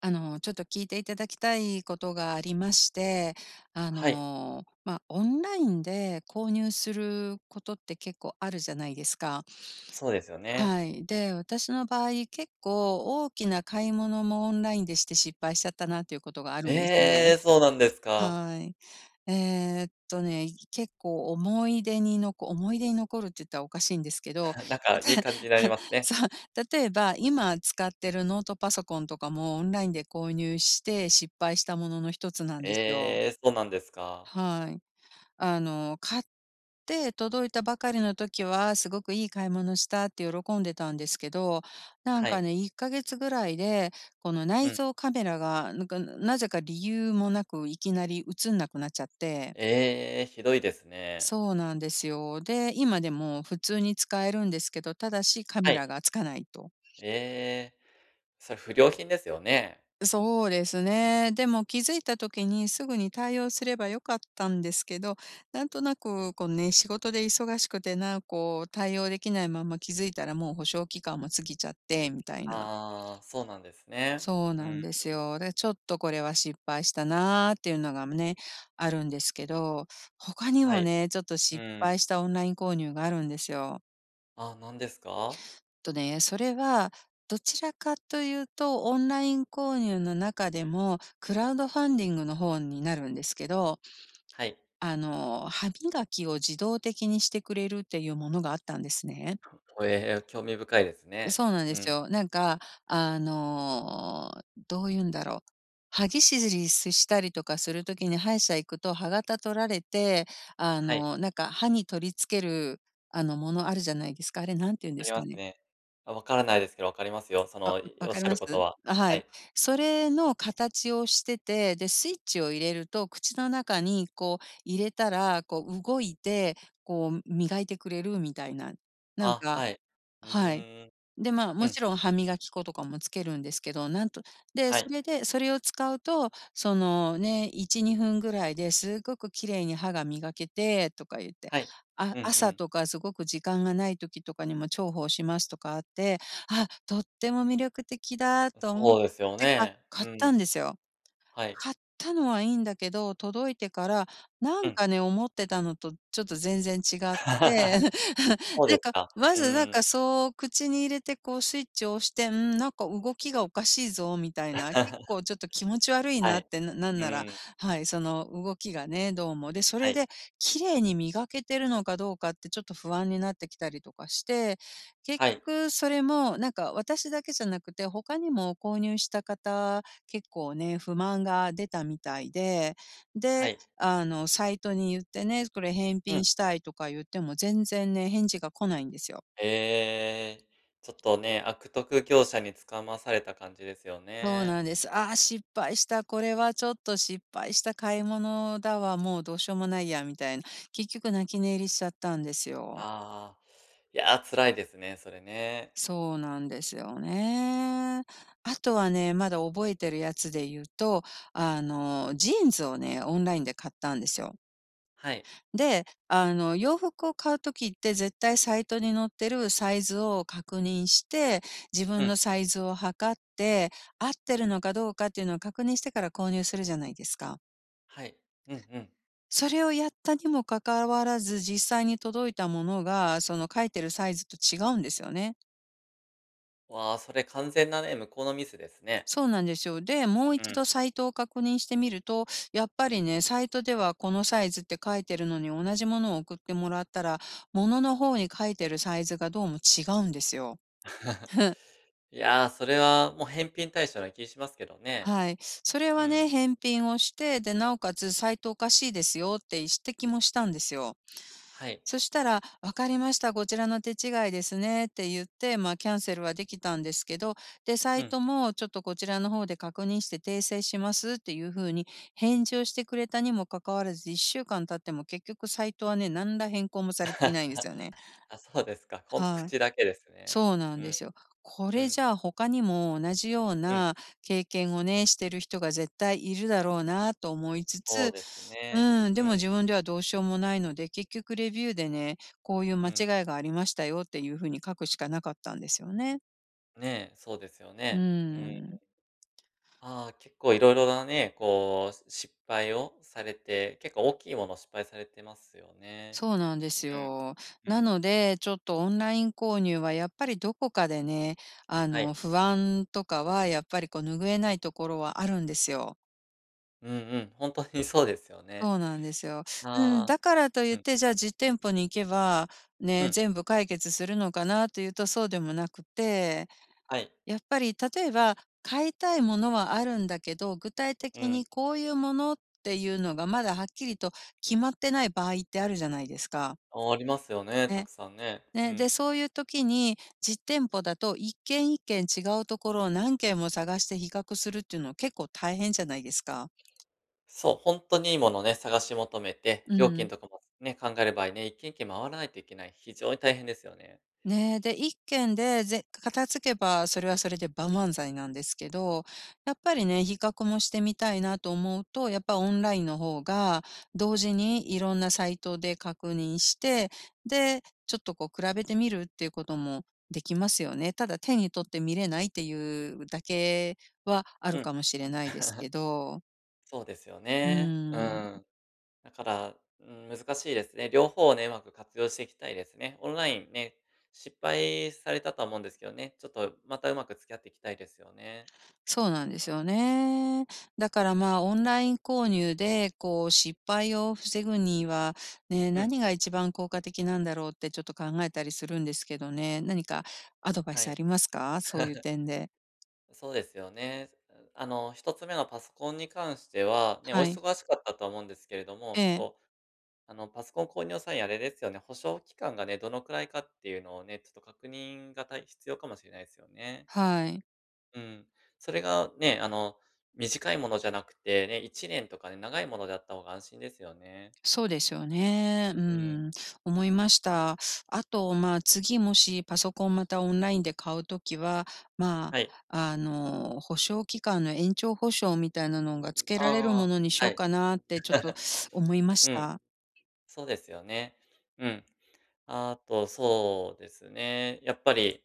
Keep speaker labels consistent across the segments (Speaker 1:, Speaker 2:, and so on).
Speaker 1: ちょっと聞いていただきたいことがありまして、
Speaker 2: はい、
Speaker 1: オンラインで購入することって結構あるじゃないですか。
Speaker 2: そうですよね。
Speaker 1: はい。で、私の場合、結構大きな買い物もオンラインでして失敗しちゃったなっていうことがあるんですね。
Speaker 2: ええ、そうなんですか。
Speaker 1: はい。えーっとね、結構思い出に残るって言ったらおかしいんですけど、た
Speaker 2: なんかいい 感じになりますね。
Speaker 1: そう、例えば、今使ってるノートパソコンとかもオンラインで購入して失敗したものの一つなんですよ。
Speaker 2: ええ、そうなんですか。
Speaker 1: はい。買って届いたばかりの時は、すごくいい買い物したって喜んでたんですけど、なん
Speaker 2: はい。
Speaker 1: かね、1ヶ月ぐらいで、この
Speaker 2: う
Speaker 1: 内
Speaker 2: ん。
Speaker 1: 蔵カメラが、なんか、なぜか理由もなくいきなり映んなくなっちゃって、
Speaker 2: ええ、ひどいですね。
Speaker 1: そうなんですよ。で、今でも普通に使えるんですけど、ただしカ
Speaker 2: は
Speaker 1: メ
Speaker 2: い。
Speaker 1: ラがつかないと。
Speaker 2: ええ、それ不良品ですよね。
Speaker 1: そうですね。でも気づいた時にすぐに対応すればよかったんですけど、なんとなくこうね、仕事で忙しくてな、こう対応できないまま気づいたらもう保証期間も過ぎちゃってみたいな。
Speaker 2: ああー、そうなんですね。
Speaker 1: そう
Speaker 2: う
Speaker 1: なん
Speaker 2: ん、
Speaker 1: ですよ。で、ちょっとこれは失敗したなーっていうのがね、あるんですけど、他に
Speaker 2: は
Speaker 1: も
Speaker 2: い。
Speaker 1: ね、ちょっと
Speaker 2: う
Speaker 1: 失敗
Speaker 2: ん。
Speaker 1: したオンライン購入があるんですよ。
Speaker 2: あー、なんですか？
Speaker 1: とね、それはどちらかというと、オンライン購入の中でもクラウドファンディングの方になるんですけど、
Speaker 2: はい。
Speaker 1: 歯磨きを自動的にしてくれるっていうものがあったんですね。
Speaker 2: ええ、興味深いですね。
Speaker 1: そうなん
Speaker 2: う
Speaker 1: です
Speaker 2: ん。
Speaker 1: よ。なんか、あの、どう言うんだろう。歯ぎしりしたりとかする時に歯医者行くと歯型取られて、
Speaker 2: はい、
Speaker 1: なんか歯に取り付ける、ものあるじゃないですか。あれなんて言うん
Speaker 2: あ
Speaker 1: で
Speaker 2: り
Speaker 1: す
Speaker 2: ま
Speaker 1: か
Speaker 2: す
Speaker 1: ね。
Speaker 2: ね。あ、わからないですけど、わかりますよ。その、い
Speaker 1: わ
Speaker 2: おっ
Speaker 1: か
Speaker 2: し
Speaker 1: り
Speaker 2: ゃ
Speaker 1: ま
Speaker 2: ること
Speaker 1: す？
Speaker 2: は。
Speaker 1: あ、は
Speaker 2: は
Speaker 1: い。
Speaker 2: い。
Speaker 1: それの形をしてて、で、スイッチを入れると、口の中にこう入れたら、こう動いて、こう磨いてくれるみたいな。なん
Speaker 2: あ、
Speaker 1: か、
Speaker 2: はい。う
Speaker 1: はい。
Speaker 2: ーん。
Speaker 1: で、まあ、
Speaker 2: う
Speaker 1: も
Speaker 2: ん。
Speaker 1: ちろん歯磨き粉とかもつけるんですけど、なんと、で、
Speaker 2: は
Speaker 1: そ
Speaker 2: い。
Speaker 1: れでそれを使うと、そのね、1、2分ぐらいですごく綺麗に歯が磨けてとか言って、
Speaker 2: はい。
Speaker 1: あ、
Speaker 2: うんう
Speaker 1: 朝
Speaker 2: ん。
Speaker 1: とかすごく時間がない時とかにも重宝しますとかあって、あ、とっても魅力的だと思っ
Speaker 2: そうですよ
Speaker 1: てか
Speaker 2: ね。う
Speaker 1: 買った
Speaker 2: ん。
Speaker 1: んですよ。
Speaker 2: はい。
Speaker 1: 買ったのはいいんだけど、届いてから、な
Speaker 2: う
Speaker 1: ん
Speaker 2: ん。
Speaker 1: かね、思ってたのとちょっと全然違って、
Speaker 2: そう
Speaker 1: な
Speaker 2: で
Speaker 1: ん
Speaker 2: す
Speaker 1: か、
Speaker 2: か。
Speaker 1: ま
Speaker 2: う
Speaker 1: ずなん
Speaker 2: ん。
Speaker 1: かそう口に入れてこうスイッチを押して、ん、なんか動きがおかしいぞみたいな、結構 ちょっと気持ち悪い
Speaker 2: は
Speaker 1: なっ
Speaker 2: い。
Speaker 1: て、なん
Speaker 2: う
Speaker 1: なら、
Speaker 2: ん。
Speaker 1: はい、その動きがね、どうも。で、そ
Speaker 2: は
Speaker 1: れ
Speaker 2: い。
Speaker 1: で綺麗に磨けてるのかどうかってちょっと不安になってきたりとかして、結
Speaker 2: はい。
Speaker 1: 局それもなんか私だけじゃなくて、他にも購入した方結構ね、不満が出たみたいで、
Speaker 2: は
Speaker 1: で、
Speaker 2: い。
Speaker 1: サイトに言ってね、これ返
Speaker 2: うん。
Speaker 1: 品したいとか言っても全然ね、返事が来ないんですよ。
Speaker 2: えちょっとね、悪徳業者につかまされた感じですよ
Speaker 1: そう
Speaker 2: ね。
Speaker 1: なんです。ああ、失敗した。これはちょっと失敗した買い物だわ。もうどうしようもないや、みたいな。結局泣き寝入りしちゃったんですよ。
Speaker 2: ああ、いやー、辛いですね、それね。
Speaker 1: そうなんですよね。あとはね、まだ覚えてるやつで言うと、ジーンズをね、オンラインで買ったんですよ。
Speaker 2: はい。
Speaker 1: で、洋服を買うときって絶対サイトに載ってるサイズを確認して、自
Speaker 2: う
Speaker 1: 分
Speaker 2: ん。
Speaker 1: のサイズを測って、合ってるのかどうかっていうのを確認してから購入するじゃないですか。
Speaker 2: はい。うんうん。
Speaker 1: それをやったにもかかわらず、実際に届いたものが、その書いてるサイズと違うんですよね。
Speaker 2: わあ、それ完全なね、向こうのミスですね。
Speaker 1: そうなんですよ。で、もう
Speaker 2: う
Speaker 1: 一
Speaker 2: ん。
Speaker 1: 度サイトを確認してみると、やっぱりね、サイトではこのサイズって書いてるのに同じものを送ってもらったら、物の方に書いてるサイズがどうも違うんですよ。
Speaker 2: いやー、それはもう返品対象な気しますけどね。
Speaker 1: はい。それ
Speaker 2: う
Speaker 1: はね、
Speaker 2: ん。
Speaker 1: 返品をして、で、なおかつサイトおかしいですよって指摘もしたんですよ。
Speaker 2: はい。
Speaker 1: そしたら、「分かりました、こちらの手違いですね」って言って、まあ、キャンセルはできたんですけど、で、サ
Speaker 2: う
Speaker 1: イ
Speaker 2: ん。
Speaker 1: トもちょっとこちらの方で確認して訂正しますっていう風に返事をしてくれたにもかかわらず、1週間経っても結局サイトはね、何ら変更もされていないんですよね。
Speaker 2: あ、そうですか。ほんと
Speaker 1: はい。
Speaker 2: 口だけですね。
Speaker 1: そうなん
Speaker 2: う
Speaker 1: で
Speaker 2: ん、
Speaker 1: すよ。こ
Speaker 2: う
Speaker 1: れじ
Speaker 2: ん、
Speaker 1: ゃあ他にも同じよう
Speaker 2: うん。
Speaker 1: な経験をね、してる人が絶対いるだろうなと思いつ
Speaker 2: そう
Speaker 1: つ、
Speaker 2: ですね。
Speaker 1: うん、
Speaker 2: う
Speaker 1: でも
Speaker 2: ん、
Speaker 1: 自分ではどうしようもないので、結局レビューでね、こういう
Speaker 2: う
Speaker 1: 間違
Speaker 2: ん。
Speaker 1: いがありましたよっていうふうに書くしかなかったんですよね。
Speaker 2: ねえ、そうですよ
Speaker 1: う
Speaker 2: ね。うん。
Speaker 1: ん。
Speaker 2: ああ、結構いろいろなね、こう、失敗をされて、結構大きいもの失敗されてますよね。
Speaker 1: そうなんですよ。
Speaker 2: うん。う
Speaker 1: な
Speaker 2: ん。
Speaker 1: ので、ちょっとオンライン購入はやっぱりどこかでね、
Speaker 2: はい。
Speaker 1: 不安とかはやっぱりこう拭えないところはあるんですよ。
Speaker 2: うんうん、本当にそうですよね。
Speaker 1: そうなんですよ。うん、
Speaker 2: ああ。
Speaker 1: だからとい
Speaker 2: う
Speaker 1: っ
Speaker 2: ん、
Speaker 1: て、じゃあ実店舗に行けば、
Speaker 2: う
Speaker 1: ね、
Speaker 2: ん。
Speaker 1: 全部解決するのかなというとそうでもなくて、
Speaker 2: はい。
Speaker 1: やっぱり例えば、買いたいものはあるんだけど、具体
Speaker 2: う
Speaker 1: 的
Speaker 2: ん。
Speaker 1: にこういうものっていうのがまだはっきりと決まってない場合ってあるじゃないですか。
Speaker 2: ありますよね、た
Speaker 1: ね。
Speaker 2: くさんね。う
Speaker 1: ね、で、
Speaker 2: ん。
Speaker 1: そういう時に実店舗だと一軒一軒違うところを何軒も探して比較するっていうのは結構大変じゃないですか。
Speaker 2: そう、本当にいいものをね、探し求めて、
Speaker 1: う
Speaker 2: 料金
Speaker 1: ん。
Speaker 2: とかもね、考える場合ね、一軒一軒回らないといけない、非常に大変ですよね。
Speaker 1: ねえ、で、一件で、片付けばそれはそれで万々歳なんですけど、やっぱりね、比較もしてみたいなと思うと、やっぱオンラインの方が、同時にいろんなサイトで確認して、で、ちょっとこう比べてみるっていうこともできますよね。ただ手に取って見れないっていうだけはある
Speaker 2: うん、
Speaker 1: かもしれないですけど。
Speaker 2: そうですよ
Speaker 1: う
Speaker 2: ね。う
Speaker 1: ん。
Speaker 2: ん。だから、うん、難しいですね。両方をね、うまく活用していきたいですね。オンラインね、失敗されたとは思うんですけどね、ちょっとまたうまく付き合っていきたいですよね。
Speaker 1: そうなんですよね。だからまあ、オンライン購入で、こう、失敗を防ぐには、ね、
Speaker 2: うん、
Speaker 1: 何が一番効果的なんだろうってちょっと考えたりするんですけどね。何かアドバイ
Speaker 2: は
Speaker 1: スあ
Speaker 2: い。
Speaker 1: りますか？そういう点で。
Speaker 2: そうですよね。あの、一つ目のパソコンに関しては、ね、お
Speaker 1: はい。
Speaker 2: 忙しかったとは思うんですけれど
Speaker 1: え
Speaker 2: も、
Speaker 1: え、
Speaker 2: そう、あの、パソコン購入際あれですよね、保証期間がね、どのくらいかっていうのをね、ちょっと確認がたい必要かもしれないですよね。
Speaker 1: はい。
Speaker 2: うん。それがね、あの、短いものじゃなくてね、1年とかね、長いものであった方が安心ですよね。
Speaker 1: そうですよね。う
Speaker 2: うん。
Speaker 1: ん、思いました。あと、まあ、次もしパソコンまたオンラインで買うときは、ま
Speaker 2: はい。
Speaker 1: あ、保証期間の延長保証みたいなのが付けられるも
Speaker 2: あ
Speaker 1: のにし
Speaker 2: あ、は
Speaker 1: よう
Speaker 2: い。
Speaker 1: かなってちょっと 思いまし
Speaker 2: うん、
Speaker 1: た。
Speaker 2: そうですよね。うん。あとそうですね、やっぱり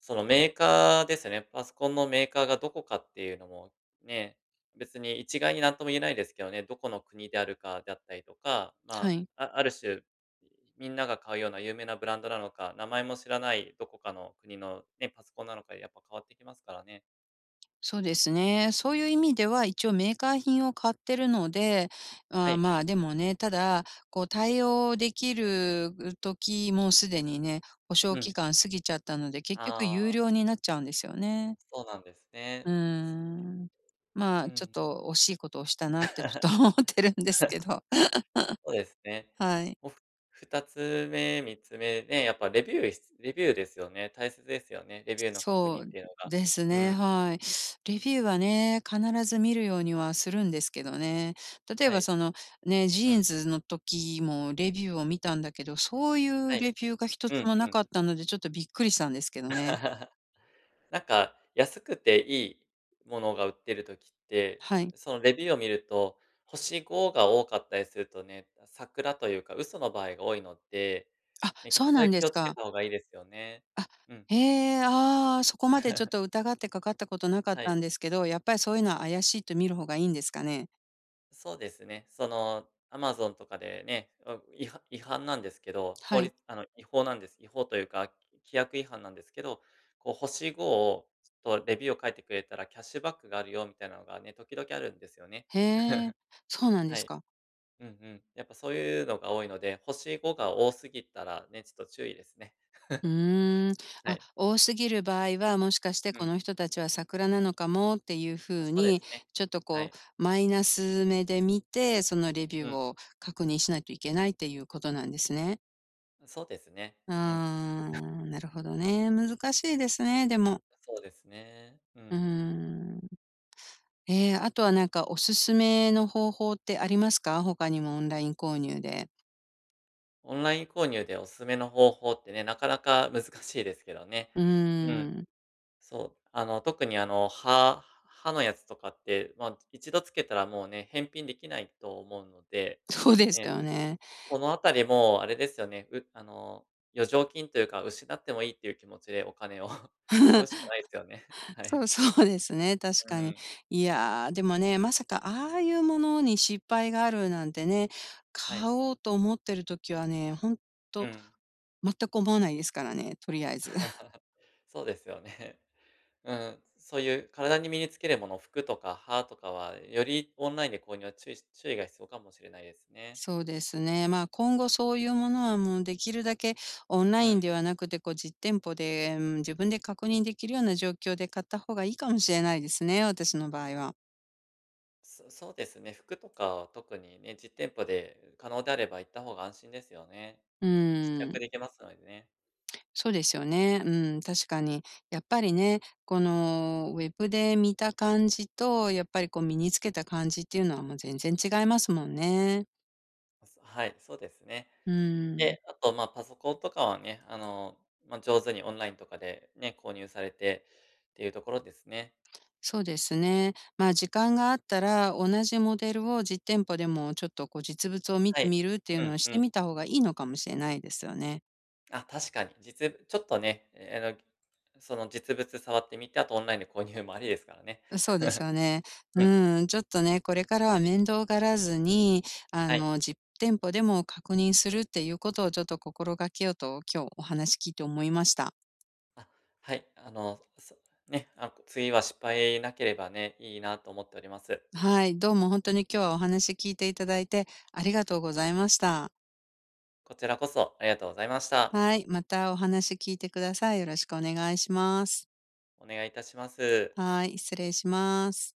Speaker 2: そのメーカーですね。パソコンのメーカーがどこかっていうのも、ね、別に一概になんとも言えないですけどね、どこの国であるかであったりとか、
Speaker 1: は
Speaker 2: ま
Speaker 1: い。
Speaker 2: あ、ある種、みんなが買うような有名なブランドなのか、名前も知らないどこかの国のね、パソコンなのかでやっぱ変わってきますからね。
Speaker 1: そうですね。そういう意味では一応メーカー品を買ってるので、
Speaker 2: は
Speaker 1: あー
Speaker 2: い。
Speaker 1: まあ、でもね、ただ、こう対応できる時もうすでにね、保証
Speaker 2: うん。
Speaker 1: 期間過ぎちゃったので、結局有
Speaker 2: あ
Speaker 1: 料
Speaker 2: あ、
Speaker 1: になっちゃうんですよね。
Speaker 2: そうなんです
Speaker 1: う
Speaker 2: ね。
Speaker 1: ーん。ま
Speaker 2: う
Speaker 1: あ、ちょっ
Speaker 2: ん。
Speaker 1: と惜しいことをしたなってちょっと 思ってるんですけど。
Speaker 2: そうですね。
Speaker 1: はい。
Speaker 2: おふ2つ目、3つ目で、やっぱレビューレビューですよね。大切ですよね。レビューの確
Speaker 1: そ
Speaker 2: 認っ
Speaker 1: う
Speaker 2: ていうのが。
Speaker 1: です
Speaker 2: う
Speaker 1: ね、
Speaker 2: ん、
Speaker 1: はい。レビューはね、必ず見るようにはするんですけどね。例え
Speaker 2: は
Speaker 1: ば
Speaker 2: い、
Speaker 1: その、ね、ジ
Speaker 2: う
Speaker 1: ーン
Speaker 2: ん、
Speaker 1: ズの時もレビューを見たんだけど、そうい
Speaker 2: は
Speaker 1: う
Speaker 2: い、
Speaker 1: レビューが一
Speaker 2: う
Speaker 1: つ
Speaker 2: ん、
Speaker 1: も
Speaker 2: う
Speaker 1: なか
Speaker 2: ん。
Speaker 1: ったので、ちょっとびっくりしたんですけどね。
Speaker 2: なんか、安くていいものが売ってる時って、
Speaker 1: はい。
Speaker 2: そのレビューを見ると、星5が多かったりするとね、桜というか、嘘の場合が多いので、
Speaker 1: あ、
Speaker 2: ね、
Speaker 1: そう
Speaker 2: そ
Speaker 1: な
Speaker 2: れ
Speaker 1: んで
Speaker 2: 気
Speaker 1: す
Speaker 2: をつけ
Speaker 1: か。
Speaker 2: た方がいいですよね。
Speaker 1: あ、
Speaker 2: うん。
Speaker 1: へえ、ああ、そこまでちょっと 疑ってかかったことなかっ
Speaker 2: は
Speaker 1: た
Speaker 2: い。
Speaker 1: んですけど、やっぱりそういうのは怪しいと見る方がいいんですかね？
Speaker 2: そうですね。その、アマゾンとかでね、あ、違反なんですけど、法
Speaker 1: はい。
Speaker 2: 律あの、違法なんです。違法というか、規約違反なんですけど、こう星5をちょっとレビューを書いてくれたらキャッシュバックがあるよみたいなのがね、時々あるんですよね。
Speaker 1: へえ、そうなんで
Speaker 2: は
Speaker 1: す
Speaker 2: い。
Speaker 1: か。
Speaker 2: うんうん。やっぱそういうのが多いので、星5が多すぎたらね、ちょっと注意ですね。
Speaker 1: う ーん。
Speaker 2: は
Speaker 1: あ、
Speaker 2: い。
Speaker 1: 多すぎる場合は、もしかして
Speaker 2: う
Speaker 1: こ
Speaker 2: ん。
Speaker 1: の人たちは桜なのかもっていう
Speaker 2: あ、そ
Speaker 1: 風
Speaker 2: うで
Speaker 1: に、
Speaker 2: すね。
Speaker 1: ちょっと
Speaker 2: は
Speaker 1: こ
Speaker 2: い。
Speaker 1: うマイナス目で見て、そのレビュ
Speaker 2: う
Speaker 1: ー
Speaker 2: ん。
Speaker 1: を確認しないといけないっていうことなんですね。
Speaker 2: そうですね。
Speaker 1: うー
Speaker 2: うん。
Speaker 1: ん、なるほどね。難しいですね、でも。
Speaker 2: そうですね。う
Speaker 1: うー
Speaker 2: ん。
Speaker 1: ん。あとはなんかおすすめの方法ってありますか？他にもオンライン購入で。
Speaker 2: オンライン購入でおすすめの方法ってね、なかなか難しいですけどね。
Speaker 1: うー
Speaker 2: うん。
Speaker 1: ん、
Speaker 2: そう。あの、特にあの、歯のやつとかって、まあ、一度つけたらもうね、返品できないと思うので、
Speaker 1: そうです
Speaker 2: ね、
Speaker 1: よね。
Speaker 2: このあたりもあれですよね、あの、余剰金というか、失ってもいいっていう気持ちでお金を 買うし かないですよね。は
Speaker 1: そ
Speaker 2: い。
Speaker 1: う そうですね、確
Speaker 2: う
Speaker 1: かに。
Speaker 2: ん。
Speaker 1: いやー、でもね、まさかああいうものに失敗があるなんてね、
Speaker 2: は
Speaker 1: 買
Speaker 2: い。
Speaker 1: おうと思ってる時はね、ほん
Speaker 2: う
Speaker 1: と
Speaker 2: ん。
Speaker 1: 全く思わないですからね、とりあえず。
Speaker 2: そうですよね。うん、そういう体に身につけるもの、服とか歯とかは、よりオンラインで購入は注意が必要かもしれないですね。
Speaker 1: そうですね、まあ、今後そういうものはもうできるだけオンラ
Speaker 2: う
Speaker 1: イ
Speaker 2: ん。
Speaker 1: ンではなくて、こう実店舗で、うん、自分で確認できるような状況で買った方がいいかもしれないですね、私の場合は。
Speaker 2: そうですね、服とかは特にね、実店舗で可能であれば行った方が安心ですよね。
Speaker 1: う
Speaker 2: 試
Speaker 1: ん。
Speaker 2: 着できますのでね。
Speaker 1: そうですよね。うん、確かに。やっぱりね、このウェブで見た感じと、やっぱりこう身につけた感じっていうのはもう全然違いますもんね。
Speaker 2: はい、そうですね。
Speaker 1: うん。
Speaker 2: で、あと、まあ、パソコンとかはね、あの、まあ、上手にオンラインとかでね、購入されてっていうところですね。
Speaker 1: そうですね。まあ時間があったら同じモデルを実店舗でもちょっとこう実物を見
Speaker 2: は
Speaker 1: て
Speaker 2: い。
Speaker 1: みるっていう
Speaker 2: う
Speaker 1: の
Speaker 2: ん
Speaker 1: をし
Speaker 2: う
Speaker 1: て
Speaker 2: ん。
Speaker 1: みた方がいいのかもしれないですよね。
Speaker 2: あ、確かに。実物ちょっとね、あの、その実物触ってみて、あとオンラインで購入もありですからね。
Speaker 1: そうです よね。
Speaker 2: うん、
Speaker 1: うん、ちょっとね、これからは面倒がらずに、
Speaker 2: はい。
Speaker 1: 実店舗でも確認するっていうことをちょっと心がけようと、今日お話聞いて思いました。
Speaker 2: あ、はい、あの、そね、あ、次は失敗なければね、いいなと思っております。
Speaker 1: はい、どうも本当に今日はお話聞いていただいてありがとうございました。
Speaker 2: こちらこそありがとうございました。
Speaker 1: はい、またお話聞いてください。よろしくお願いします。
Speaker 2: お願いいたします。
Speaker 1: はい、失礼します。